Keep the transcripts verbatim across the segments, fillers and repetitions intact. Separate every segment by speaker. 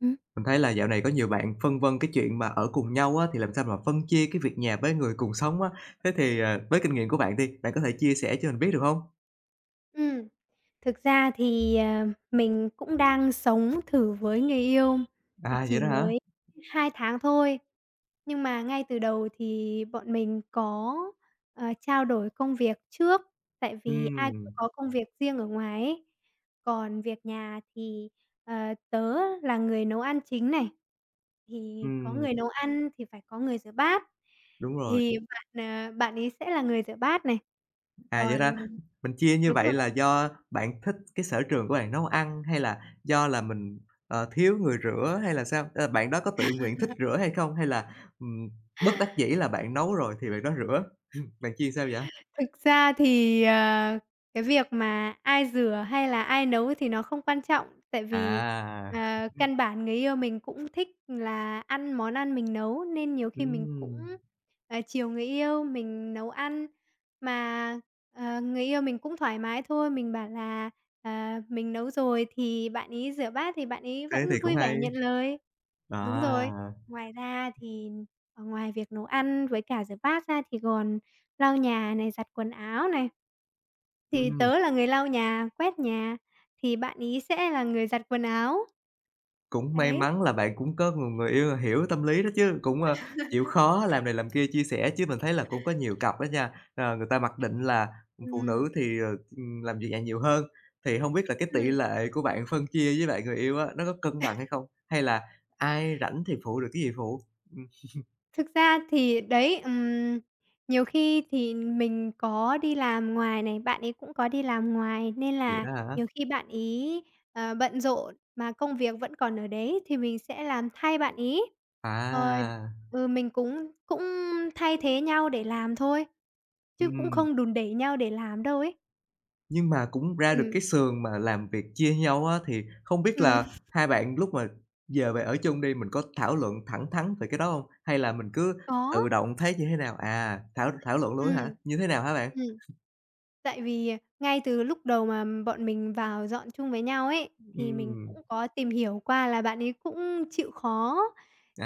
Speaker 1: Ừ,
Speaker 2: Mình thấy là dạo này có nhiều bạn phân vân cái chuyện mà ở cùng nhau á, thì làm sao mà phân chia cái việc nhà với người cùng sống á. Thế thì, ờ, với kinh nghiệm của bạn đi, bạn có thể chia sẻ cho mình biết được không?
Speaker 1: ừ. Thực ra thì, ờ, mình cũng đang sống thử với người yêu,
Speaker 2: À, vậy
Speaker 1: chỉ
Speaker 2: đó hả?
Speaker 1: mới hai tháng thôi. Nhưng mà ngay từ đầu thì bọn mình có, ờ, trao đổi công việc trước, tại vì ai cũng
Speaker 2: Ừm,
Speaker 1: có công việc riêng ở ngoài ấy. Còn việc nhà thì, ờ, tớ là người nấu ăn chính này, thì có
Speaker 2: ừm,
Speaker 1: người nấu ăn thì phải có người rửa bát,
Speaker 2: đúng rồi.
Speaker 1: thì bạn, ờ, bạn ấy sẽ là người rửa bát này.
Speaker 2: À, vậy đó
Speaker 1: Còn
Speaker 2: mình chia như
Speaker 1: Đúng
Speaker 2: vậy
Speaker 1: rồi.
Speaker 2: là do bạn thích cái sở trường của bạn nấu ăn, hay là do là mình, ờ, thiếu người rửa hay là sao? Ờ, Bạn đó có tự nguyện thích rửa hay không? Hay là, ừm, bất đắc dĩ là bạn nấu rồi thì bạn đó rửa? Bạn chia sao vậy?
Speaker 1: Thực ra thì, ờ, cái việc mà ai rửa hay là ai nấu thì nó không quan trọng, tại vì,
Speaker 2: À,
Speaker 1: ờ, căn bản người yêu mình cũng thích là ăn món ăn mình nấu, nên nhiều khi mình cũng,
Speaker 2: ừm,
Speaker 1: ờ, chiều người yêu, mình nấu ăn. Mà, ờ, người yêu mình cũng thoải mái thôi, mình bảo là, ờ, mình nấu rồi thì bạn ý rửa bát thì bạn ý
Speaker 2: thế thì
Speaker 1: vẫn
Speaker 2: cũng
Speaker 1: vui vẻ
Speaker 2: hay.
Speaker 1: nhận lời. Đúng rồi.
Speaker 2: À,
Speaker 1: Ngoài ra thì, ờ, ngoài việc nấu ăn với cả rửa bát ra thì còn lau nhà này, giặt quần áo này, thì
Speaker 2: ừm,
Speaker 1: tớ là người lau nhà, quét nhà, thì bạn ấy sẽ là người giặt quần áo.
Speaker 2: cũng may
Speaker 1: Đấy.
Speaker 2: mắn là bạn cũng có một người yêu hiểu tâm lý đó chứ, cũng, ơ, chịu khó làm này làm kia chia sẻ, chứ mình thấy là cũng có nhiều cặp đó nha, ờ, người ta mặc định là phụ nữ
Speaker 1: ừm,
Speaker 2: thì, ờ, ừm, làm việc nhà nhiều hơn. Thì hông biết là cái tỷ
Speaker 1: ừm.
Speaker 2: lệ của bạn phân chia với bạn người yêu á, nó có cân bằng hay không? Hay là ai rảnh thì phụ được cái gì phụ? Ừm,
Speaker 1: Thực ra thì đấy, ừm, nhiều khi thì mình có đi làm ngoài này, bạn ấy cũng có đi làm ngoài, nên
Speaker 2: vậy
Speaker 1: là
Speaker 2: đó hả?
Speaker 1: nhiều khi bạn ấy, ờ, bận rộn mà công việc vẫn còn ở đấy thì mình sẽ làm thay bạn ấy. Rồi,
Speaker 2: À,
Speaker 1: ừ, mình cũng cũng thay thế nhau để làm thôi, chứ cũng
Speaker 2: ừm.
Speaker 1: không đùn đẩy nhau để làm đâu ấy.
Speaker 2: Nhưng mà cũng ra được
Speaker 1: Ừm,
Speaker 2: cái sườn mà làm việc chia nhau á, thì không biết là
Speaker 1: ừm,
Speaker 2: hai bạn lúc mà giờ về ở chung đi, mình có thảo luận thẳng thắn về cái đó hông? Hay là mình cứ tự
Speaker 1: có,
Speaker 2: động thấy như thế nào? À, thảo thảo luận luôn á
Speaker 1: ừm.
Speaker 2: hả? Như thế nào hả bạn?
Speaker 1: Ừm. Tại vì, à, ngay từ lúc đầu mà bọn mình vào dọn chung với nhau ấy, thì mình
Speaker 2: Ừm,
Speaker 1: cũng có tìm hiểu qua là bạn ấy cũng chịu khó,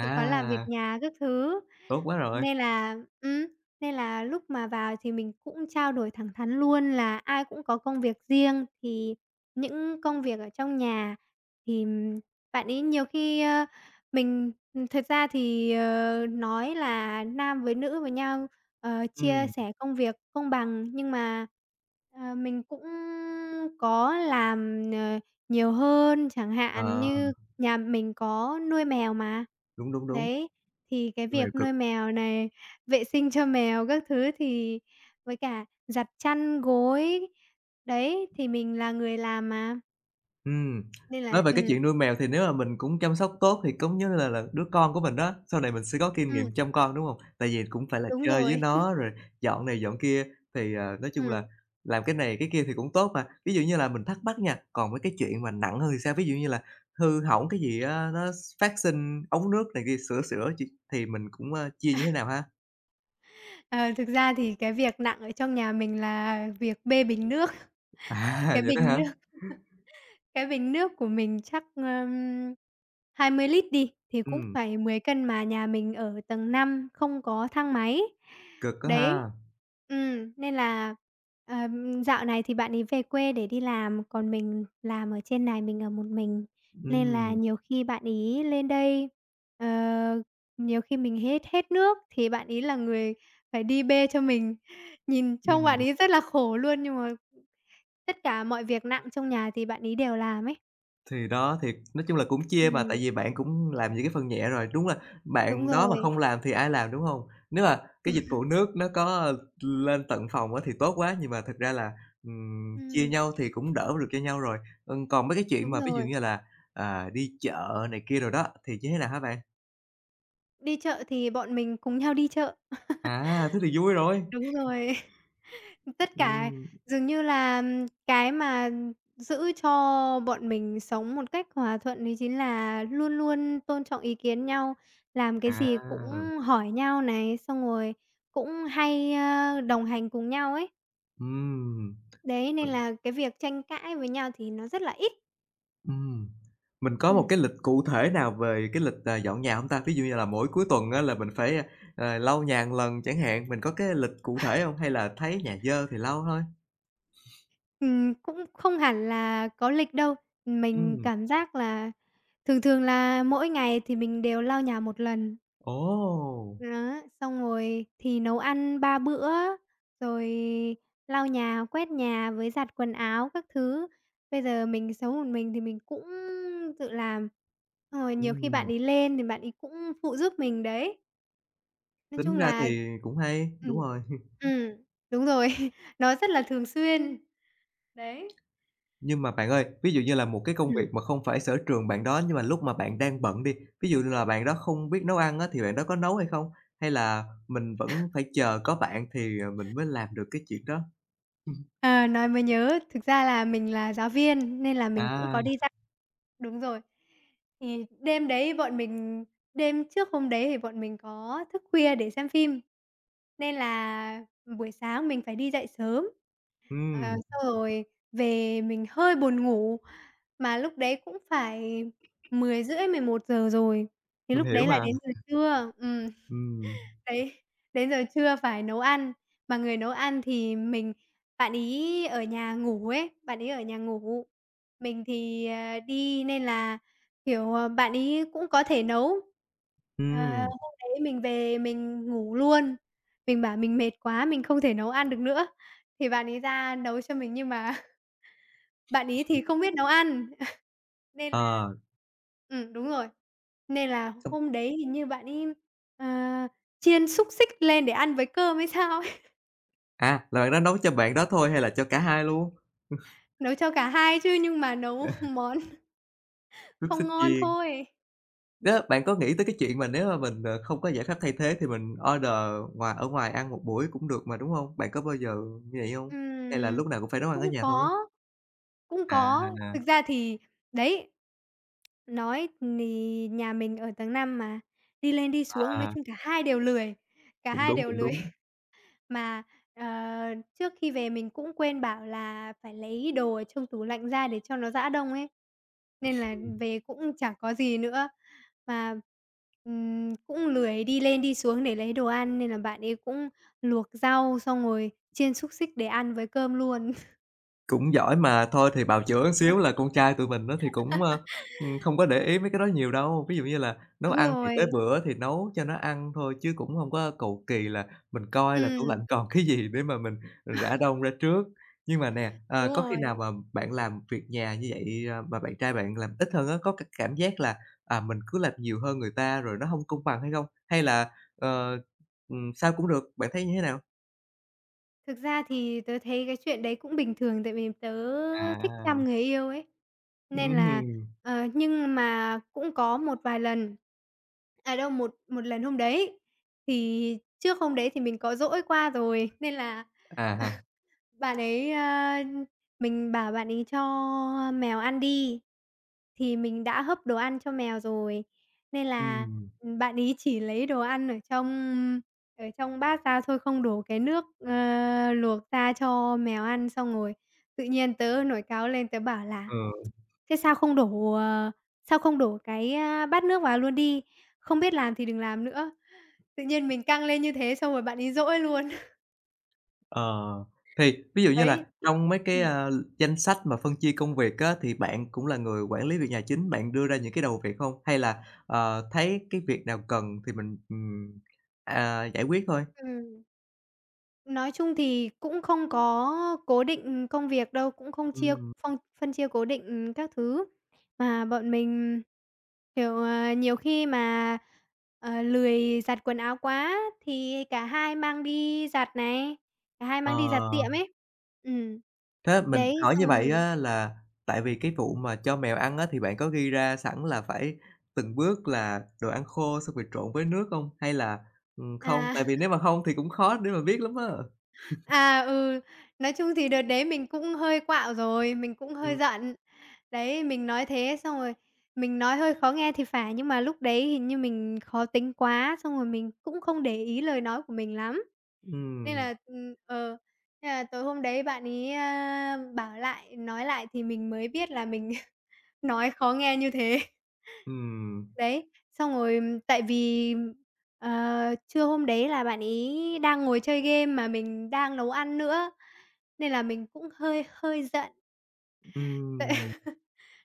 Speaker 1: chịu khó làm việc nhà các thứ.
Speaker 2: tốt quá rồi.
Speaker 1: Nên là ừm, nên là lúc mà vào thì mình cũng trao đổi thẳng thắn luôn là ai cũng có công việc riêng, thì những công việc ở trong nhà thì ừm, bạn ấy nhiều khi, ơ, mình thật ra thì, ờ, nói là nam với nữ với nhau, ờ, chia
Speaker 2: Ừm,
Speaker 1: sẻ công việc công bằng, nhưng mà Ờ, mình cũng có làm, ờ, nhiều hơn, chẳng hạn
Speaker 2: ờ,
Speaker 1: như nhà mình có nuôi mèo mà.
Speaker 2: đúng, đúng, đúng,
Speaker 1: Đấy, thì cái
Speaker 2: người
Speaker 1: việc nuôi mèo này, vệ sinh cho mèo các thứ thì với cả giặt chăn gối, đấy, thì mình là người làm mà,
Speaker 2: Ừm,
Speaker 1: nên
Speaker 2: nói
Speaker 1: là
Speaker 2: về cái
Speaker 1: ừm,
Speaker 2: chuyện nuôi mèo thì nếu mà mình cũng chăm sóc tốt thì cũng như là là đứa con của mình đó, sau này mình sẽ có kinh
Speaker 1: ừm,
Speaker 2: nghiệm chăm con, đúng hông? Tại vì cũng phải là
Speaker 1: đúng
Speaker 2: chơi với
Speaker 1: rồi.
Speaker 2: nó rồi dọn này dọn kia, thì, ờ, nói chung là
Speaker 1: Ừm,
Speaker 2: làm cái này cái kia thì cũng tốt mà. Ví dụ như là mình thắc mắc nha, còn mấy cái chuyện mà nặng hơn thì sao? Ví dụ như là hư hỏng cái gì á, nó s phát sinh ống nước này kia, sửa sửa ch thì mình cũng, ơ, chia như thế nào ha?
Speaker 1: ờ, thực ra thì cái việc nặng ở trong nhà mình là việc bê bình nước,
Speaker 2: À,
Speaker 1: cái
Speaker 2: vậy đó
Speaker 1: bình
Speaker 2: hả?
Speaker 1: nước cái bình nước của mình chắc, ừm, hai mươi lít đi, thì cũng
Speaker 2: Ừm,
Speaker 1: phải mười cân mà nhà mình ở tầng năm không có thang máy.
Speaker 2: cực quá
Speaker 1: Đấy,
Speaker 2: ha.
Speaker 1: ừm, nên là, ờm, dạo này thì bạn ấy về quê để đi làm, còn mình làm ở trên này mình ở một mình, nên là
Speaker 2: Ừm,
Speaker 1: nhiều khi bạn ấy lên đây, ờ, nhiều khi mình hết hết nước thì bạn ấy là người phải đi bê cho mình. Nhìn trông bạn
Speaker 2: ừm.
Speaker 1: ấy rất là khổ luôn, nhưng mà tất cả mọi việc nặng trong nhà thì bạn ấy đều làm ấy.
Speaker 2: Thì đó, thì nói chung là cũng chia mà, tại
Speaker 1: Ừm,
Speaker 2: vì bạn cũng làm những cái phần nhẹ rồi. Đúng là
Speaker 1: đúng
Speaker 2: bạn đó mà
Speaker 1: rồi,
Speaker 2: không làm thì ai làm, đúng hông? Nếu mà cái dịch vụ nước nó có lên tận phòng á thì tốt quá, nhưng mà thực ra là, ừm, chia
Speaker 1: ừm,
Speaker 2: nhau thì cũng đỡ được cho nhau rồi. Ừm, còn mấy cái chuyện
Speaker 1: đúng
Speaker 2: mà ví dụ
Speaker 1: rồi.
Speaker 2: như là, à, đi chợ này kia đồ đó thì như thế nào hả bạn?
Speaker 1: Đi chợ thì bọn mình cùng nhau đi chợ.
Speaker 2: À, thế thì vui rồi.
Speaker 1: Đúng rồi. Tất cả
Speaker 2: Ừm,
Speaker 1: dường như là ừm, cái mà giữ cho bọn mình sống một cách hòa thuận đấy chính là luôn luôn tôn trọng ý kiến nhau, làm cái
Speaker 2: à,
Speaker 1: gì cũng hỏi nhau này, xong rồi cũng hay, ơ, đồng hành cùng nhau ấy.
Speaker 2: ừm.
Speaker 1: Đấy, nên là cái việc tranh cãi với nhau thì nó rất là ít.
Speaker 2: Ừm, mình có một
Speaker 1: Ừm.
Speaker 2: cái lịch cụ thể nào về cái lịch, à, dọn nhà hông ta? Ví dụ như là mỗi cuối tuần á là mình phải, a, ờ, lau nhà một lần chẳng hạn, mình có cái lịch cụ thể hông? Hay là thấy nhà dơ thì lau thôi?
Speaker 1: Ừm, cũng không hẳn là có lịch đâu. Mình
Speaker 2: Ừm,
Speaker 1: cảm giác là thường thường là mỗi ngày thì mình đều lau nhà một lần.
Speaker 2: ồ!
Speaker 1: Đó, xong rồi thì nấu ăn ba bữa, rồi lau nhà, quét nhà với giặt quần áo các thứ. Bây giờ mình sống một mình thì mình cũng tự làm. Xong rồi nhiều khi bạn
Speaker 2: Ừm,
Speaker 1: ấy lên thì bạn ấy cũng phụ giúp mình đấy. Nói
Speaker 2: tính
Speaker 1: chung
Speaker 2: ra
Speaker 1: là
Speaker 2: thì cũng hay,
Speaker 1: ừm,
Speaker 2: đúng rồi.
Speaker 1: ừm, đúng rồi, nó rất là thường xuyên. Đấy.
Speaker 2: Nhưng mà bạn ơi, ví dụ như là một cái công việc
Speaker 1: Ừm.
Speaker 2: mà không phải sở trường bạn đó, nhưng mà lúc mà bạn đang bận đi, ví dụ như là bạn đó không biết nấu ăn á, thì bạn đó có nấu hay không? Hay là mình vẫn phải chờ có bạn thì, ờ, mình mới làm được cái chuyện đó?
Speaker 1: Ờ, nói mới nhớ, thực ra là mình là giáo viên nên là mình cũng
Speaker 2: À,
Speaker 1: có đi ra đúng rồi. Thì đêm đấy bọn mình Đêm trước hôm đấy thì bọn mình có thức khuya để xem phim, nên là buổi sáng mình phải đi dậy sớm, ờ,
Speaker 2: ừm.
Speaker 1: xong rồi về mình hơi buồn ngủ, mà lúc đấy cũng phải mười mười rưỡi mười một giờ rồi, thì
Speaker 2: Mình
Speaker 1: lúc
Speaker 2: hiểu
Speaker 1: đấy
Speaker 2: mà,
Speaker 1: là đến giờ trưa. Ừm.
Speaker 2: ừm,
Speaker 1: Đấy, đến giờ trưa phải nấu ăn, mà người nấu ăn thì mình bạn ấy ở nhà ngủ ấy, bạn ấy ở nhà ngủ, mình thì, ờ, đi nên là, kiểu, ờ, bạn ấy cũng có thể nấu. Ờ,
Speaker 2: ừm,
Speaker 1: hôm đấy mình về mình ngủ luôn, mình bảo mình mệt quá, mình không thể nấu ăn được nữa, thì bạn ấy ra nấu cho mình nhưng mà bạn ấy thì không biết nấu ăn, nên là
Speaker 2: ờ,
Speaker 1: ừm, đúng rồi. Nên là
Speaker 2: xong
Speaker 1: hôm đấy hình như bạn ấy, ờ, chiên xúc xích lên để ăn với cơm hay sao ấy,
Speaker 2: à, là bạn đó nấu cho bạn đó thôi hay là cho cả hai luôn?
Speaker 1: nấu cho cả hai chứ nhưng mà nấu
Speaker 2: À,
Speaker 1: món
Speaker 2: xúc
Speaker 1: không
Speaker 2: xích
Speaker 1: ngon
Speaker 2: chiên,
Speaker 1: thôi.
Speaker 2: đó, bạn có nghĩ tới cái chuyện mà nếu mà mình, ờ, không có giải pháp thay thế thì mình order ngoài ở ngoài ăn một buổi cũng được mà, đúng hông? Bạn có bao giờ như vậy hông? Hay là
Speaker 1: Ừm,
Speaker 2: lúc nào cũng phải nấu ăn
Speaker 1: cũng
Speaker 2: ở nhà thôi?
Speaker 1: có, cũng
Speaker 2: À,
Speaker 1: có.
Speaker 2: à,
Speaker 1: Thực ra thì đấy, nói thì nhà mình ở tầng năm mà, đi lên đi xuống, nói
Speaker 2: à,
Speaker 1: chung cả hai đều lười, cả
Speaker 2: cũng
Speaker 1: hai
Speaker 2: đúng,
Speaker 1: đều
Speaker 2: cũng
Speaker 1: lười.
Speaker 2: đúng.
Speaker 1: Mà, ờ, trước khi về mình cũng quên bảo là phải lấy đồ ở trong tủ lạnh ra để cho nó giã đông ấy. Nên là về cũng chẳng có gì nữa, mà, ừm, cũng lười đi lên đi xuống để lấy đồ ăn nên là bạn ấy cũng luộc rau xong rồi chiên xúc xích để ăn với cơm luôn.
Speaker 2: Cũng giỏi mà, thôi thì bào chữa xíu là con trai tụi mình á thì cũng, ơ, ừm, không có để ý mấy cái đó nhiều đâu. Ví dụ như là nấu
Speaker 1: Đúng
Speaker 2: ăn thì
Speaker 1: rồi,
Speaker 2: tới bữa thì nấu cho nó ăn thôi chứ cũng hông có cầu kỳ là mình coi là tủ
Speaker 1: ừm,
Speaker 2: lạnh còn cái gì để mà mình rã đông ra trước. Nhưng mà nè, ờ,
Speaker 1: đúng
Speaker 2: có khi nào
Speaker 1: rồi.
Speaker 2: mà bạn làm việc nhà như vậy, à, mà bạn trai bạn làm ít hơn á, có cái cảm giác là, à, mình cứ làm nhiều hơn người ta rồi nó hông công bằng hay không? Hay là, ờ, ừm, sao cũng được, bạn thấy như thế nào?
Speaker 1: Thực ra thì tớ thấy cái chuyện đấy cũng bình thường tại vì tớ thích chăm
Speaker 2: À,
Speaker 1: người yêu ấy, nên là
Speaker 2: ừm,
Speaker 1: ờ, nhưng mà cũng có một vài lần à, đâu, một một lần hôm đấy thì trước hôm đấy thì mình có dỗi qua rồi nên là
Speaker 2: à ha,
Speaker 1: bạn ấy, a, mình bảo bạn ấy cho mèo ăn đi, thì mình đã hấp đồ ăn cho mèo rồi, nên là,
Speaker 2: ừm.
Speaker 1: ừ, bạn ấy chỉ lấy đồ ăn ở trong ở trong bát ra thôi, không đổ cái nước, ơ, luộc ra cho mèo ăn. Xong rồi tự nhiên tớ nổi cáu lên, tớ bảo là:
Speaker 2: Ừ,
Speaker 1: "Thế sao không đổ, ờ, sao không đổ cái, a, bát nước vào luôn đi? Không biết làm thì đừng làm nữa." Tự nhiên mình căng lên như thế xong rồi bạn ấy dỗi luôn.
Speaker 2: ờ, thì ví dụ như
Speaker 1: Đấy.
Speaker 2: là trong mấy cái,
Speaker 1: Ừm,
Speaker 2: a, danh sách mà phân chia công việc á, thì bạn cũng là người quản lý việc nhà chính, bạn đưa ra những cái đầu việc không? Hay là, ờ, thấy cái việc nào cần thì mình, ừm, à, giải quyết thôi?
Speaker 1: ừm. Nói chung thì cũng không có cố định công việc đâu, cũng không chia
Speaker 2: Ừm,
Speaker 1: phong phân chia cố định các thứ, mà bọn mình, kiểu, ờ, nhiều khi mà, ờ, lười giặt quần áo quá thì cả hai mang đi giặt này, cả hai
Speaker 2: ờ,
Speaker 1: mang đi giặt tiệm ấy. Ừm,
Speaker 2: thế mình
Speaker 1: đấy,
Speaker 2: hỏi như
Speaker 1: xong.
Speaker 2: vậy á là tại vì cái vụ mà cho mèo ăn á, thì bạn có ghi ra sẵn là phải từng bước là đồ ăn khô xong rồi trộn với nước không? Hay là, ừm, không?
Speaker 1: À.
Speaker 2: Tại vì nếu mà không thì cũng khó để mà biết lắm á.
Speaker 1: À, ừ, nói chung thì đợt đấy mình cũng hơi quạo rồi, mình cũng hơi
Speaker 2: Ừm,
Speaker 1: giận. Đấy, mình nói thế xong rồi mình nói hơi khó nghe thì phải, nhưng mà lúc đấy hình như mình khó tính quá, xong rồi mình cũng không để ý lời nói của mình lắm. Nên
Speaker 2: ừm,
Speaker 1: là, ừm, ờ, thế là tối hôm đấy bạn ấy, a, bảo lại, nói lại thì mình mới biết là mình nói khó nghe như thế.
Speaker 2: ừm.
Speaker 1: Đấy, xong rồi m- tại vì, ờ, trưa hôm đấy là bạn ý đang ngồi chơi game mà mình đang nấu ăn nữa. Nên là mình cũng hơi hơi giận. Tại
Speaker 2: Ừm,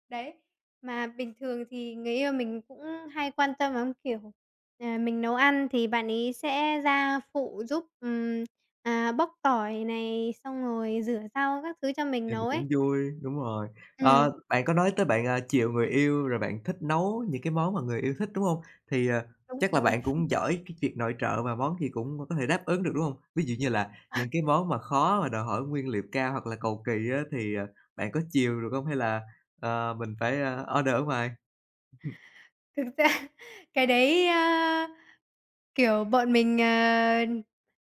Speaker 1: đấy, mà bình thường thì người yêu mình cũng hay quan tâm lắm, kiểu, à, mình nấu ăn thì bạn ấy sẽ ra phụ giúp, ừm, à, bóc tỏi này, xong rồi rửa rau các thứ cho mình
Speaker 2: thì
Speaker 1: nấu
Speaker 2: cũng
Speaker 1: ấy.
Speaker 2: vui, đúng rồi. Ờ,
Speaker 1: Ừm,
Speaker 2: bạn có nói tới bạn, à, chiều người yêu rồi bạn thích nấu những cái món mà người yêu thích, đúng không? Thì, ờ,
Speaker 1: đúng
Speaker 2: chắc là
Speaker 1: rồi.
Speaker 2: bạn cũng giỏi cái việc nội trợ và món gì cũng có thể đáp ứng được, đúng không? Ví dụ như là những cái món mà khó và đòi hỏi nguyên liệu cao hoặc là cầu kỳ á, thì, ờ, bạn có chiều được không? Hay là, ờ, mình phải, a, order ở ngoài?
Speaker 1: Thực ra cái đấy, a kiểu, bọn mình, ờ,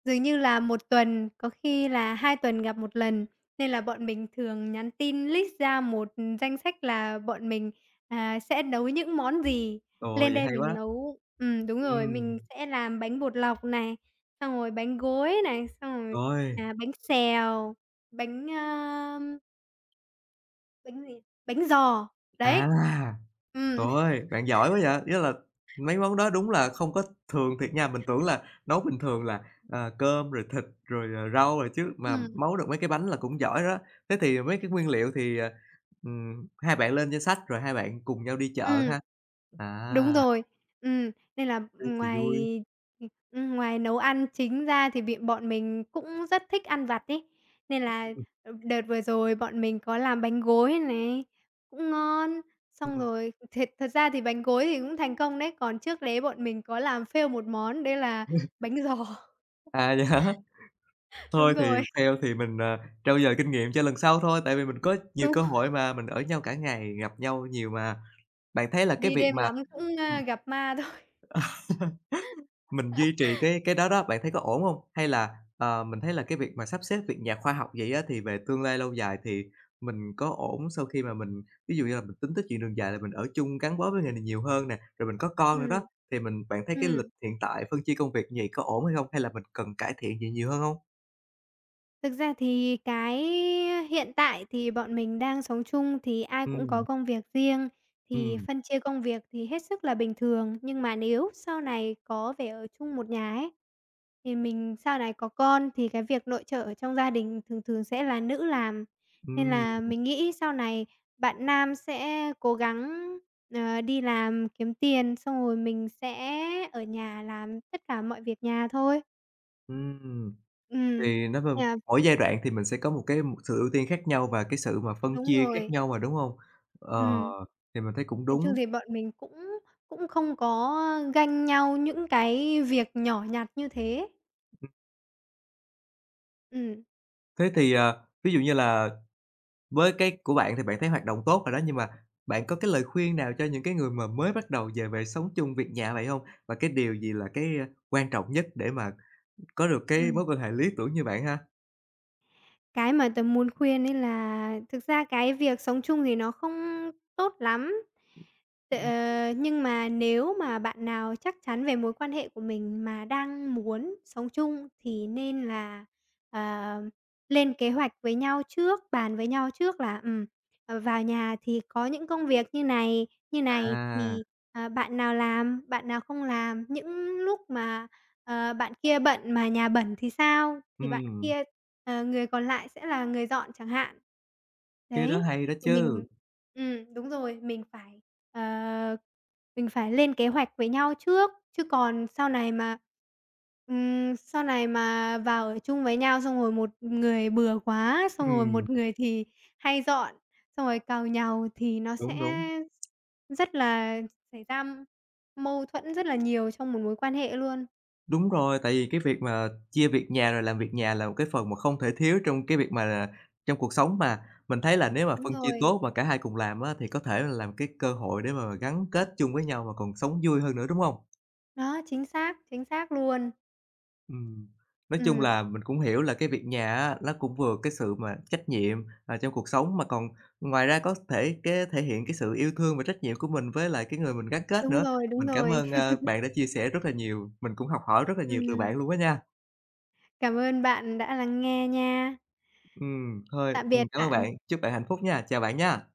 Speaker 1: dường như là một tuần, có khi là hai tuần gặp một lần, nên là bọn mình thường nhắn tin list ra một danh sách là bọn mình, à, sẽ nấu những món gì.
Speaker 2: Ồ,
Speaker 1: Lên
Speaker 2: vậy
Speaker 1: đây
Speaker 2: hay
Speaker 1: mình
Speaker 2: quá!
Speaker 1: nấu ừm, đúng rồi,
Speaker 2: Ừm,
Speaker 1: mình sẽ làm bánh bột lọc này, xong rồi bánh gối này, xong rồi,
Speaker 2: rồi,
Speaker 1: à, bánh xèo, bánh, ơ, bánh gì, bánh giò,
Speaker 2: à!
Speaker 1: đấy.
Speaker 2: Trời
Speaker 1: Ừm,
Speaker 2: ơi, bạn giỏi quá vậy! Nghĩa là mấy món đó đúng là không có thường thiệt nha, mình tưởng là nấu bình thường là, ờ, cơm rồi thịt rồi, ờ, rau rồi chứ, mà
Speaker 1: ừm,
Speaker 2: nấu được mấy cái bánh là cũng giỏi đó. Thế thì mấy cái nguyên liệu thì, ờ, ừm, hai bạn lên danh sách rồi hai bạn cùng nhau đi chợ
Speaker 1: ừm.
Speaker 2: ha?
Speaker 1: Đúng
Speaker 2: À,
Speaker 1: rồi. Ừm, nên là
Speaker 2: thế thì
Speaker 1: ngoài,
Speaker 2: vui.
Speaker 1: ừm, ngoài nấu ăn chính ra thì bị bọn mình cũng rất thích ăn vặt ấy. Nên là, ờ, đợt vừa rồi bọn mình có làm bánh gối này, cũng ngon. Xong
Speaker 2: Ừm.
Speaker 1: rồi thiệt thật ra thì bánh gối thì cũng thành công đấy, còn trước đấy bọn mình có làm fail một món đấy là bánh giò.
Speaker 2: À, vậy hả? Thôi
Speaker 1: Đúng
Speaker 2: thì
Speaker 1: rồi,
Speaker 2: theo thì mình, ờ, trau dồi kinh nghiệm cho lần sau thôi, tại vì mình có nhiều
Speaker 1: đúng,
Speaker 2: cơ hội mà, mình ở nhau cả ngày, gặp nhau nhiều mà. Bạn thấy là cái
Speaker 1: đi
Speaker 2: việc
Speaker 1: đêm
Speaker 2: mà
Speaker 1: lắm cũng, a, gặp ma thôi.
Speaker 2: Mình duy trì cái cái đó đó, bạn thấy có ổn hông? Hay là, ờ, mình thấy là cái việc mà sắp xếp việc nhà khoa học vậy á, thì về tương lai lâu dài thì mình có ổn sau khi mà mình ví dụ như là mình tính tới chuyện đường dài là mình ở chung gắn bó với người này nhiều hơn nè, rồi mình có con nữa đó,
Speaker 1: Ừm.
Speaker 2: thì mình bạn thấy cái lịch
Speaker 1: Ừm.
Speaker 2: hiện tại phân chia công việc như vậy có ổn hay không? Hay là mình cần cải thiện gì nhiều hơn hông?
Speaker 1: Thực ra thì cái hiện tại thì bọn mình đang sống chung thì ai cũng có
Speaker 2: Ừm,
Speaker 1: công việc riêng, thì
Speaker 2: ừm,
Speaker 1: phân chia công việc thì hết sức là bình thường. Nhưng mà nếu sau này có về ở chung một nhà ấy, thì mình sau này có con thì cái việc nội trợ ở trong gia đình thường thường sẽ là nữ làm. Nên
Speaker 2: ừm,
Speaker 1: là mình nghĩ sau này bạn nam sẽ cố gắng, ờ, đi làm kiếm tiền, xong rồi mình sẽ ở nhà làm tất cả mọi việc nhà thôi.
Speaker 2: ừm,
Speaker 1: Ừm,
Speaker 2: thì nói vâng,
Speaker 1: nên là
Speaker 2: mỗi giai đoạn thì mình sẽ có một cái một sự ưu tiên khác nhau và cái sự mà phân
Speaker 1: đúng
Speaker 2: chia khác
Speaker 1: rồi,
Speaker 2: nhau mà, đúng hông? Ờ,
Speaker 1: ừm.
Speaker 2: thì mình thấy cũng
Speaker 1: Nói chung
Speaker 2: đúng.
Speaker 1: thì bọn mình cũng cũng không có ganh nhau những cái việc nhỏ nhặt như thế. Ừ,
Speaker 2: Thế thì, ờ, ví dụ như là với cái của bạn thì bạn thấy hoạt động tốt rồi đó, nhưng mà bạn có cái lời khuyên nào cho những cái người mà mới bắt đầu về về sống chung việc nhà vậy không? Và cái điều gì là cái, ơ, quan trọng nhất để mà có được
Speaker 1: ừ.
Speaker 2: cái mối quan hệ lý tưởng như bạn ha?
Speaker 1: Cái mà tớ muốn khuyên ấy là thực ra cái việc sống chung thì nó không tốt lắm. T
Speaker 2: Ừm.
Speaker 1: ờ, nhưng mà nếu mà bạn nào chắc chắn về mối quan hệ của mình mà đang muốn sống chung thì nên là, ờ, lên kế hoạch với nhau trước, bàn với nhau trước là, ừm, ờ, vào nhà thì có những công việc như này, như này
Speaker 2: À,
Speaker 1: thì, ờ, bạn nào làm, bạn nào không làm. Những lúc mà ờ, bạn kia bận mà nhà bẩn thì sao? Thì bạn
Speaker 2: ừm,
Speaker 1: kia ờ, người còn lại sẽ là người dọn chẳng hạn.
Speaker 2: cái đó
Speaker 1: Đấy,
Speaker 2: hay đó
Speaker 1: thì
Speaker 2: chứ.
Speaker 1: mình ừm, đúng rồi, mình phải, ờ, mình phải lên kế hoạch với nhau trước, chứ còn sau này mà ừm, sau này mà vào ở chung với nhau xong rồi một người bừa quá, xong rồi
Speaker 2: Ừm,
Speaker 1: một người thì hay dọn, xong rồi càu nhàu thì nó sẽ
Speaker 2: đúng, đúng.
Speaker 1: rất là xảy ra mâu thuẫn rất là nhiều trong một mối quan hệ luôn.
Speaker 2: Đúng rồi, tại vì cái việc mà chia việc nhà rồi làm việc nhà là một cái phần mà không thể thiếu trong cái việc mà trong cuộc sống mà. Mình thấy là nếu mà
Speaker 1: Đúng
Speaker 2: phân chia
Speaker 1: rồi,
Speaker 2: tốt mà cả hai cùng làm á, thì có thể là làm cái cơ hội để mà gắn kết chung với nhau mà còn sống vui hơn nữa, đúng hông?
Speaker 1: đó, chính xác, chính xác luôn.
Speaker 2: Ừm, nói chung
Speaker 1: Ừm,
Speaker 2: là mình cũng hiểu là cái việc nhà á, nó cũng vừa cái sự mà trách nhiệm, à, trong cuộc sống mà còn ngoài ra có thể cái thể hiện cái sự yêu thương và trách nhiệm của mình với lại cái người mình gắn kết
Speaker 1: đúng
Speaker 2: nữa.
Speaker 1: rồi, đúng
Speaker 2: Mình cảm
Speaker 1: rồi.
Speaker 2: ơn, a, bạn đã chia sẻ rất là nhiều, mình cũng học hỏi rất là nhiều từ bạn
Speaker 1: Ừm,
Speaker 2: luôn á nha.
Speaker 1: cảm ơn bạn đã lắng nghe nha.
Speaker 2: Ừm, thôi,
Speaker 1: Tạm
Speaker 2: ừm,
Speaker 1: biệt
Speaker 2: cảm ơn
Speaker 1: bạn.
Speaker 2: bạn, chúc bạn hạnh phúc nha, chào bạn nha.